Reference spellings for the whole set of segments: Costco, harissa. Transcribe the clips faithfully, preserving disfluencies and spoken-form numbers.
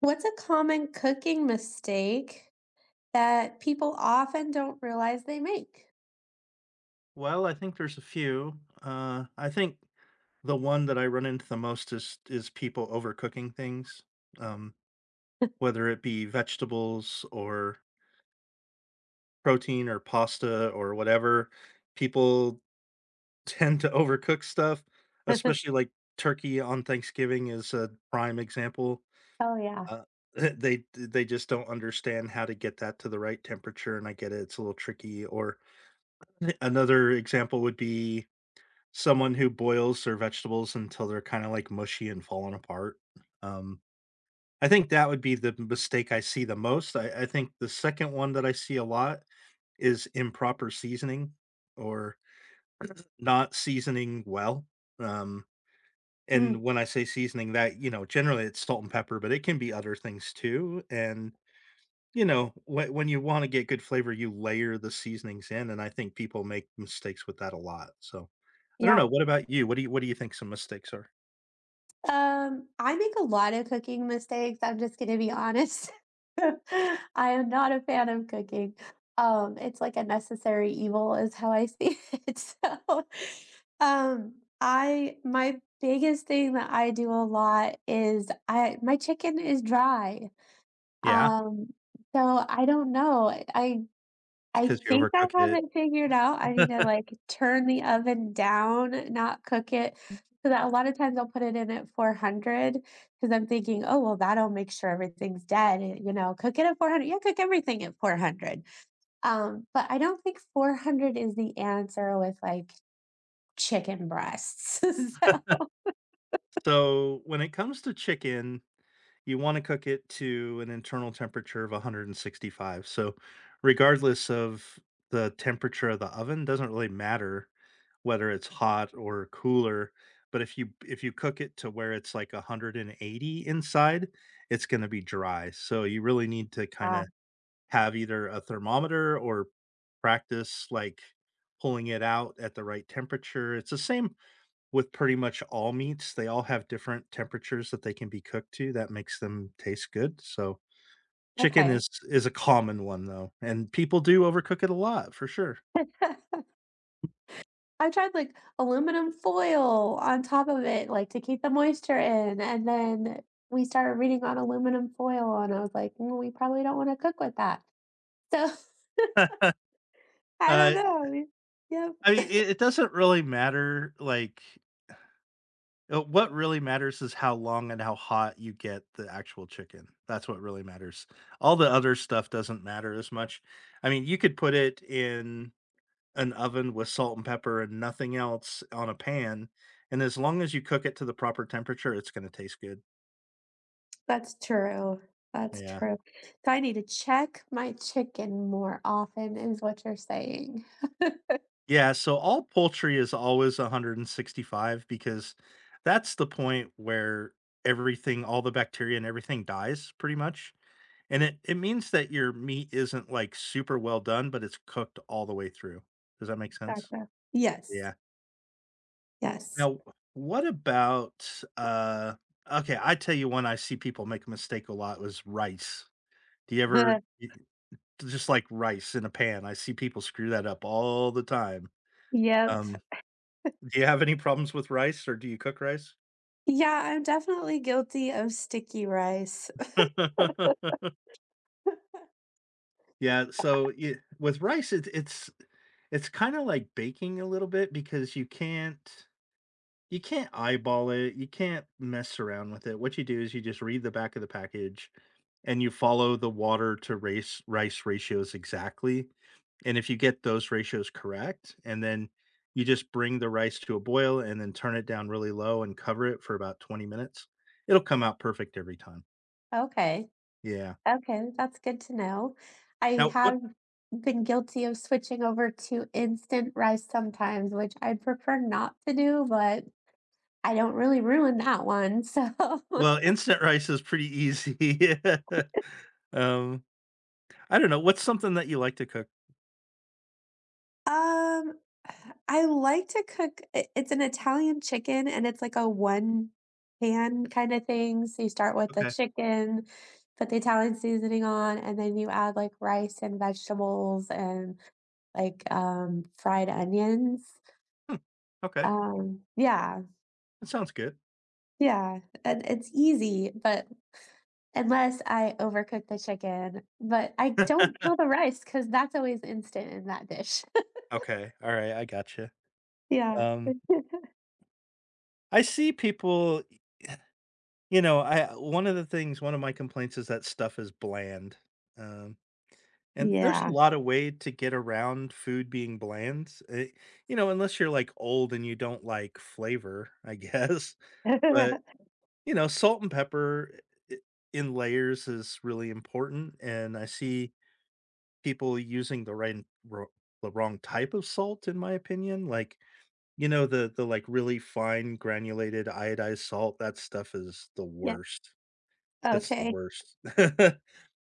What's a common cooking mistake that people often don't realize they make? Well, I think there's a few. Uh, I think the one that I run into the most is is people overcooking things, um, whether it be vegetables or protein or pasta or whatever. People tend to overcook stuff, especially like turkey on Thanksgiving is a prime example. Oh yeah. Uh, they they just don't understand how to get that to the right temperature, and I get it; it's a little tricky. Or eh, another example would be Someone who boils their vegetables until they're kinda, like, mushy and falling apart. Um, I think that would be the mistake I see the most. I I think the second one that I see a lot is improper seasoning or not seasoning well. Um, Mm, and when I say seasoning that, you know, generally it's salt and pepper, but it can be other things too, and, you know, when when you wanna get good flavor, you layer the seasonings in, and I think people make mistakes with that a lot, so I don't yeah. know, what about you? What do you what do you think some mistakes are? Um, I make a lot of cooking mistakes. I'm just going to be honest. I am not a fan of cooking. Um, it's like a necessary evil is how I see it. So, um, I my biggest thing that I do a lot is I my chicken is dry. Yeah, Um, so I don't know. I It's I because you think I overcook have it. it figured out. I need to, like, turn the oven down, not cook it, so that a lot of times I'll put it in at four hundred because 'cause I'm thinking, "Oh, well, that'll make sure everything's dead," and, you know, "Cook it at four hundred." Yeah, cook everything at four hundred. Um, but I don't think four hundred is the answer with, like, chicken breasts, so So, when it comes to chicken, you wanna cook it to an internal temperature of one hundred sixty-five. So, regardless of the temperature of the oven, doesn't really matter whether it's hot or cooler, but if you if you cook it to where it's like one hundred eighty inside, it's gonna be dry. So, you really need to Ah, kinda have either a thermometer or practice, like, pulling it out at the right temperature. It's the same with pretty much all meats. They all have different temperatures that they can be cooked to that makes them taste good, so chicken okay. is is a common one, though, and people do overcook it a lot for sure. I tried, like, aluminum foil on top of it, like, to keep the moisture in, and then we started reading on aluminum foil, and I was like, "Mm, we probably don't wanna cook with that." So, I Uh, don't know, I yep, mean, it it doesn't really matter, like, uh, what really matters is how long and how hot you get the actual chicken. That's what really matters. All the other stuff doesn't matter as much. I mean, you could put it in an oven with salt and pepper and nothing else on a pan, and as long as you cook it to the proper temperature, it's gonna taste good. that's true, that's Yeah. true. So I need to check my chicken more often is what you're saying. Yeah, so all poultry is always one hundred sixty-five because that's the point where everything all the bacteria and everything dies pretty much, and it it means that your meat isn't, like, super well done, but it's cooked all the way through. Does that make sense? Gotcha. Yes, Yeah. yes. Now, what about, uh okay, I tell you one I see people make a mistake a lot was rice. Do you ever y Just like rice in a pan, I see people screw that up all the time. Yep. Um, do you have any problems with rice, or do you cook rice? Yeah, I'm definitely guilty of sticky rice. Yeah, so y with rice, it's it's it's kinda like baking a little bit because you can't you can't eyeball it, you can't mess around with it. What you do is you just read the back of the package, and you follow the water to race rice ratios exactly. And if you get those ratios correct, and then you just bring the rice to a boil and then turn it down really low and cover it for about twenty minutes, it'll come out perfect every time. Okay. Yeah. Okay, that's good to know. I Now, what have been guilty of switching over to instant rice sometimes, which I prefer not to do, but I don't really ruin that one. So, well, instant rice is pretty easy. Um, I don't know, what's something that you like to cook? um, I like to cook i- it's an Italian chicken and it's like a one pan kind of thing. So you start with the Okay. chicken, put the Italian seasoning on, and then you add like rice and vegetables and like um fried onions. Hmm, okay. Um, yeah, That sounds good. yeah, and it's easy, but unless I overcook the chicken, but I don't kill the rice because that's always instant in that dish. Okay. All right, I gotcha. Yeah. Um, I see people, you know, I one of the things one of my complaints is that stuff is bland. Um And there's a Yeah. lot of way to get around food being bland, eh, you know, unless you're, like, old and you don't like flavor, I guess, but, you know, salt and pepper I in layers is really important, and I see people using the right ro the wrong type of salt, in my opinion, like, you know, the the, like, really fine granulated iodized salt, that stuff is the Yeah, worst. That's the okay, worst.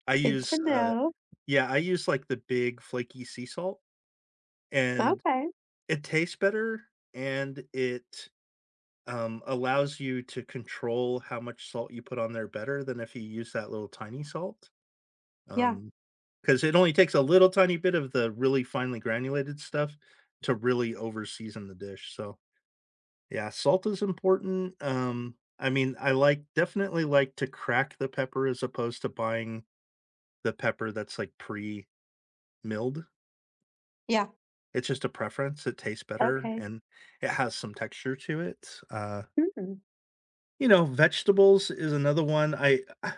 I good use, to uh know. yeah, I use, like, the big flaky sea salt. And Okay. it tastes better, and it, um, allows you to control how much salt you put on there better than if you use that little tiny salt. Yeah, Um, because it only takes a little tiny bit of the really finely granulated stuff to really over-season the dish, so, yeah, salt is important, um, I mean, I like definitely like to crack the pepper as opposed to buying the pepper that's, like, pre-milled. yeah, It's just a preference, it tastes better, okay. and it has some texture to it. Uh, Mhm. you know, vegetables is another one. I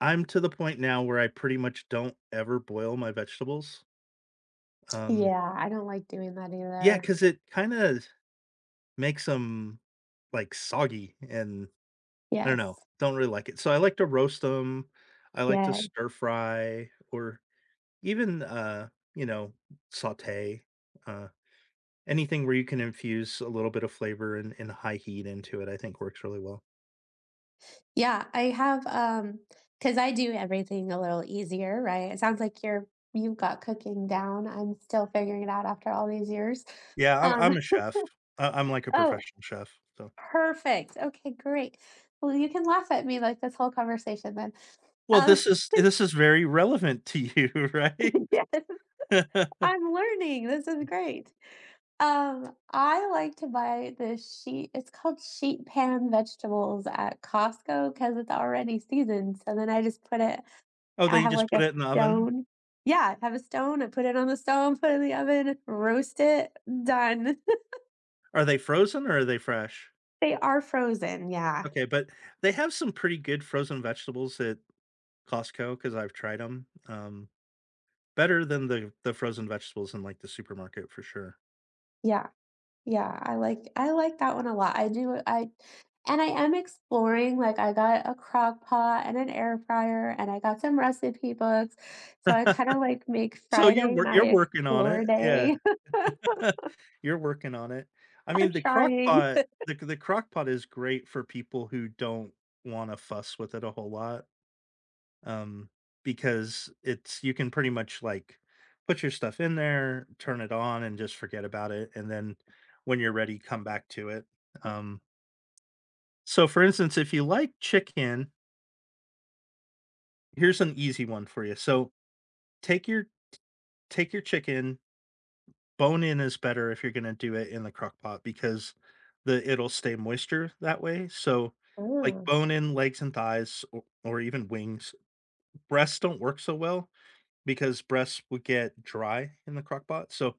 I'm to the point now where I pretty much don't ever boil my vegetables. Um, Yeah, I don't like doing that yeah, either. because it kinda makes makes them like, soggy, and I don't Yes. know, don't really like it. So I like to roast them. I like to Yeah. stir fry, or even, uh, you know, sauté, uh Anything where you can infuse a little bit of flavor and and high heat into it, I think works really well. Yeah, I have, um, because I do everything a little easier, right? It sounds like you're you've got cooking down. I'm still figuring it out after all these years. Yeah, I'm Um, I'm a chef. I I'm like a oh, professional chef, so perfect. Okay, great. Well, you can laugh at me like this whole conversation then. well, Um, this is this is very relevant to you, right? yes, I'm learning. This is great. Um, I like to buy this sheet. It's called sheet pan vegetables at Costco because it's already seasoned. So then I just put it Oh, I then you have just like put a it in the oven? stone. Yeah, I have a stone, I put it on the stone, put it in the oven, roast it, done. Are they frozen or are they fresh? They are frozen, yeah, Okay, but they have some pretty good frozen vegetables at Costco because 'cause I've tried 'em, um, better than the the frozen vegetables in, like, the supermarket for sure. yeah, yeah, I like I like that one a lot. I do I and I am exploring, like, I got a crock pot and an air fryer, and I got some recipe books, so I kinda, like, make So you're Friday wor my you're working on it, explore yeah. day. I'm You're working on it. I mean, the crock trying. pot the the crock pot is great for people who don't wanna fuss with it a whole lot, um, because it's you can pretty much, like, put your stuff in there, turn it on, and just forget about it, and then when you're ready, come back to it. Um, so, for instance, if you like chicken, here's an easy one for you. So, take your take your chicken. Bone in is better if you're gonna do it in the crock pot because the it'll stay moisture that way, so, like, Oh, bone in legs and thighs or or even wings. Breasts don't work so well because breasts would get dry in the crock pot, so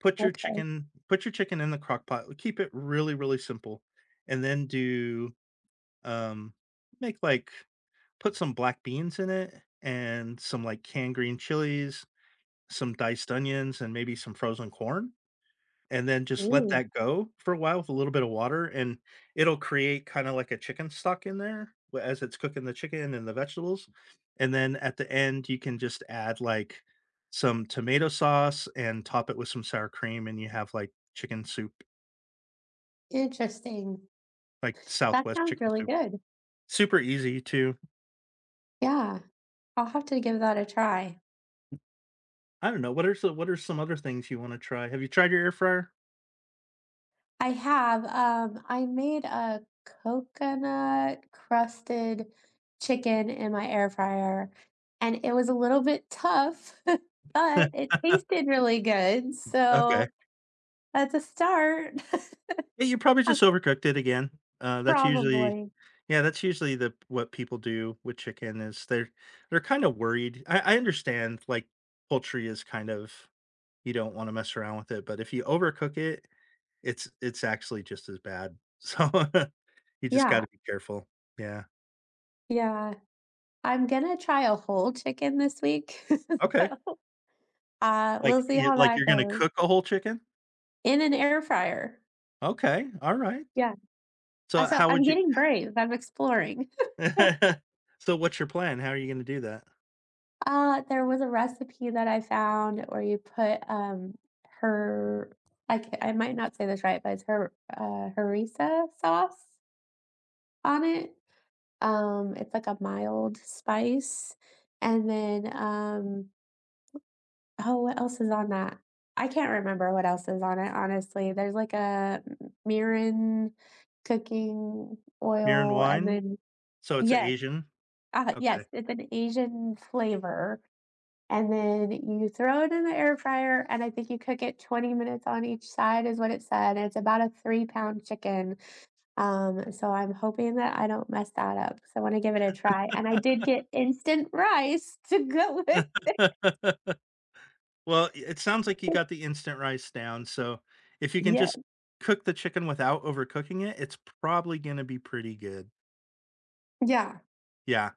put your okay. chicken put your chicken in the crock pot, keep it really, really simple, and then do, um, make, like, put some black beans in it and some, like, canned green chilies, some diced onions, and maybe some frozen corn, and then just let Ooh, that go for a while with a little bit of water, and it'll create kinda like a chicken stock in there w as it's cooking the chicken and the vegetables, and then at the end, you can just add, like, some tomato sauce and top it with some sour cream, and you have, like, chicken soup, interesting. like That Southwest sounds chicken really soup. good. Super easy too. Yeah. I'll have to give that a try. I don't know, what are so what are some other things you wanna try? Have you tried your air fryer? I have, um, I made a coconut crusted chicken in my air fryer, and it was a little bit tough, but it tasted really good, Okay. so that's a start. Yeah, you probably I just overcooked it again. Uh, that's usually probably yeah, that's usually the what people do with chicken is they're they're kind of worried. I, I understand like poultry is kind of you don't want to mess around with it, but if you overcook it, it's it's actually just as bad. So you just got yeah, to be careful. Yeah. yeah. I'm gonna try a whole chicken this week, Okay. so, uh, we'll Like see you, how like you're that gonna goes cook a whole chicken? in an air fryer. Okay. All right. Yeah, uh, So so how I'm would you? getting brave, I'm exploring. so what's your plan? How are you gonna do that? Uh, there was a recipe that I found where you put, um, her I ca- I might not say this right, but it's her uh, harissa sauce on it. Um, it's like a mild spice, and then, um oh, what else is on that? I can't remember what else is on it, honestly. There's like a m mirin cooking Beer and oil and wine. then So it's yes, Asian. uh, yes, Okay. it's an Asian flavor. And then you throw it in the air fryer, and I think you cook it twenty minutes on each side, is what it said. It's about a three pound chicken. Um, so I'm hoping that I don't mess that up because I want to give it a try. And I did get instant rice to go with. Well, it sounds like you got the instant rice down, so if you can Yeah. just cook the chicken without overcooking it, it's probably gonna be pretty good. Yeah. Yeah.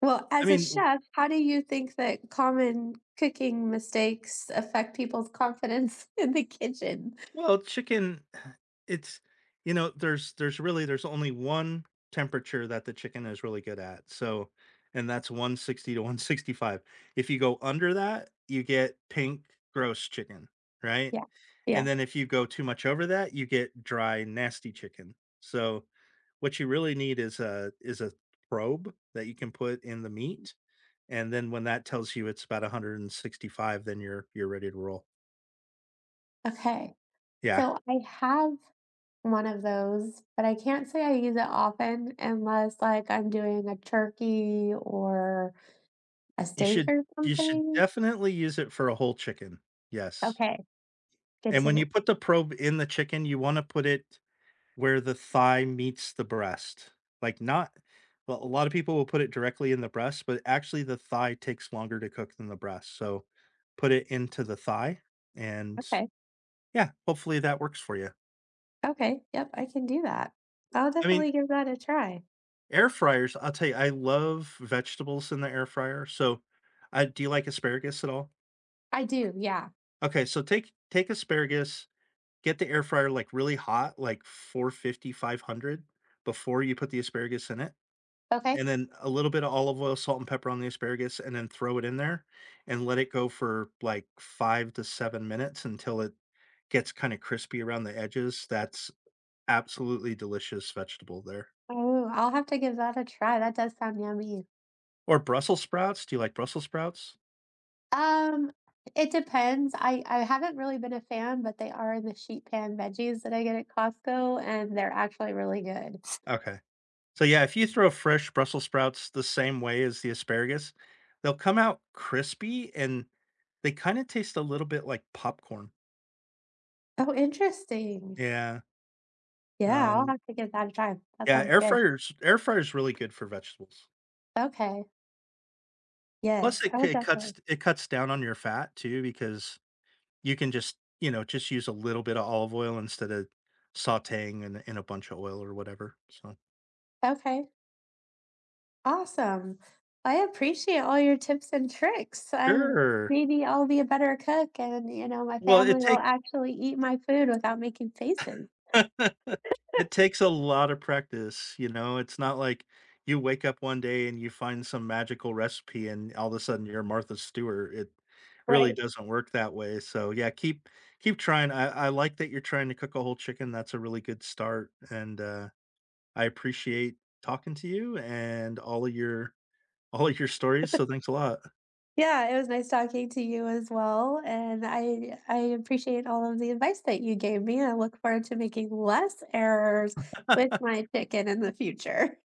Well, I as a mean, chef, how do you think that common cooking mistakes affect people's confidence in the kitchen? well, chicken, it's you know, there's there's really there's only one temperature that the chicken is really good at. So, and that's one sixty to one sixty-five. If you go under that, you get pink gross chicken, right? Yeah. And Yeah. then if you go too much over that, you get dry nasty chicken. So, what you really need is a is a probe that you can put in the meat, and then when that tells you it's about one hundred sixty-five, then you're you're ready to roll. Okay. Yeah. So I have one of those, but I can't say I use it often unless, like, I'm doing a turkey or a You steak should or you should something. definitely use it for a whole chicken, yes, Okay, good and to when know. you put the probe in the chicken, you wanna put it where the thigh meets the breast, like, not well, a lot of people will put it directly in the breast, but actually the thigh takes longer to cook than the breast, so put it into the thigh, and Okay, yeah, hopefully that works for you. okay, yep, I can do that. I'll I mean, definitely give that a try. air fryers, I'll tell you, I love vegetables in the air fryer, so, uh, do you like asparagus at all? I do, yeah. Okay, so take take asparagus. Get the air fryer, like, really hot, like four fifty five hundred, before you put the asparagus in it, Okay. and then a little bit of olive oil, salt, and pepper on the asparagus, and then throw it in there and let it go for, like, five to seven minutes until it gets kinda crispy around the edges. That's absolutely delicious vegetable there. Oh, I'll have to give that a try. That does sound yummy. Or Brussels sprouts, do you like Brussels sprouts? Um, it depends. I I haven't really been a fan, but they are in the sheet pan veggies that I get at Costco, and they're actually really good. Okay. So, yeah, if you throw fresh Brussels sprouts the same way as the asparagus, they'll come out crispy, and they kinda taste a little bit like popcorn. Oh, interesting. Yeah, Yeah, I'll um, have to give that a try. That yeah, sounds air good. fryers air fryer's really good for vegetables. Okay. Plus, Yes, it I c would it cuts definitely. it cuts down on your fat too because you can just, you know, just use a little bit of olive oil instead of sautéing in in a bunch of oil or whatever, so. Okay, awesome. I appreciate all your tips and tricks. I'm Sure. maybe I'll be a better cook and, you know, my Well, it family will take actually eat my food without making faces. It takes a lot of practice, you know, it's not like you wake up one day and you find some magical recipe and all of a sudden you're Martha Stewart. It really Right. doesn't work that way. So yeah, keep keep trying. I, I like that you're trying to cook a whole chicken. That's a really good start. And uh, I appreciate talking to you and all of your all of your stories. So thanks a lot. Yeah, it was nice talking to you as well, and I I appreciate all of the advice that you gave me. I look forward to making less errors with my chicken in the future.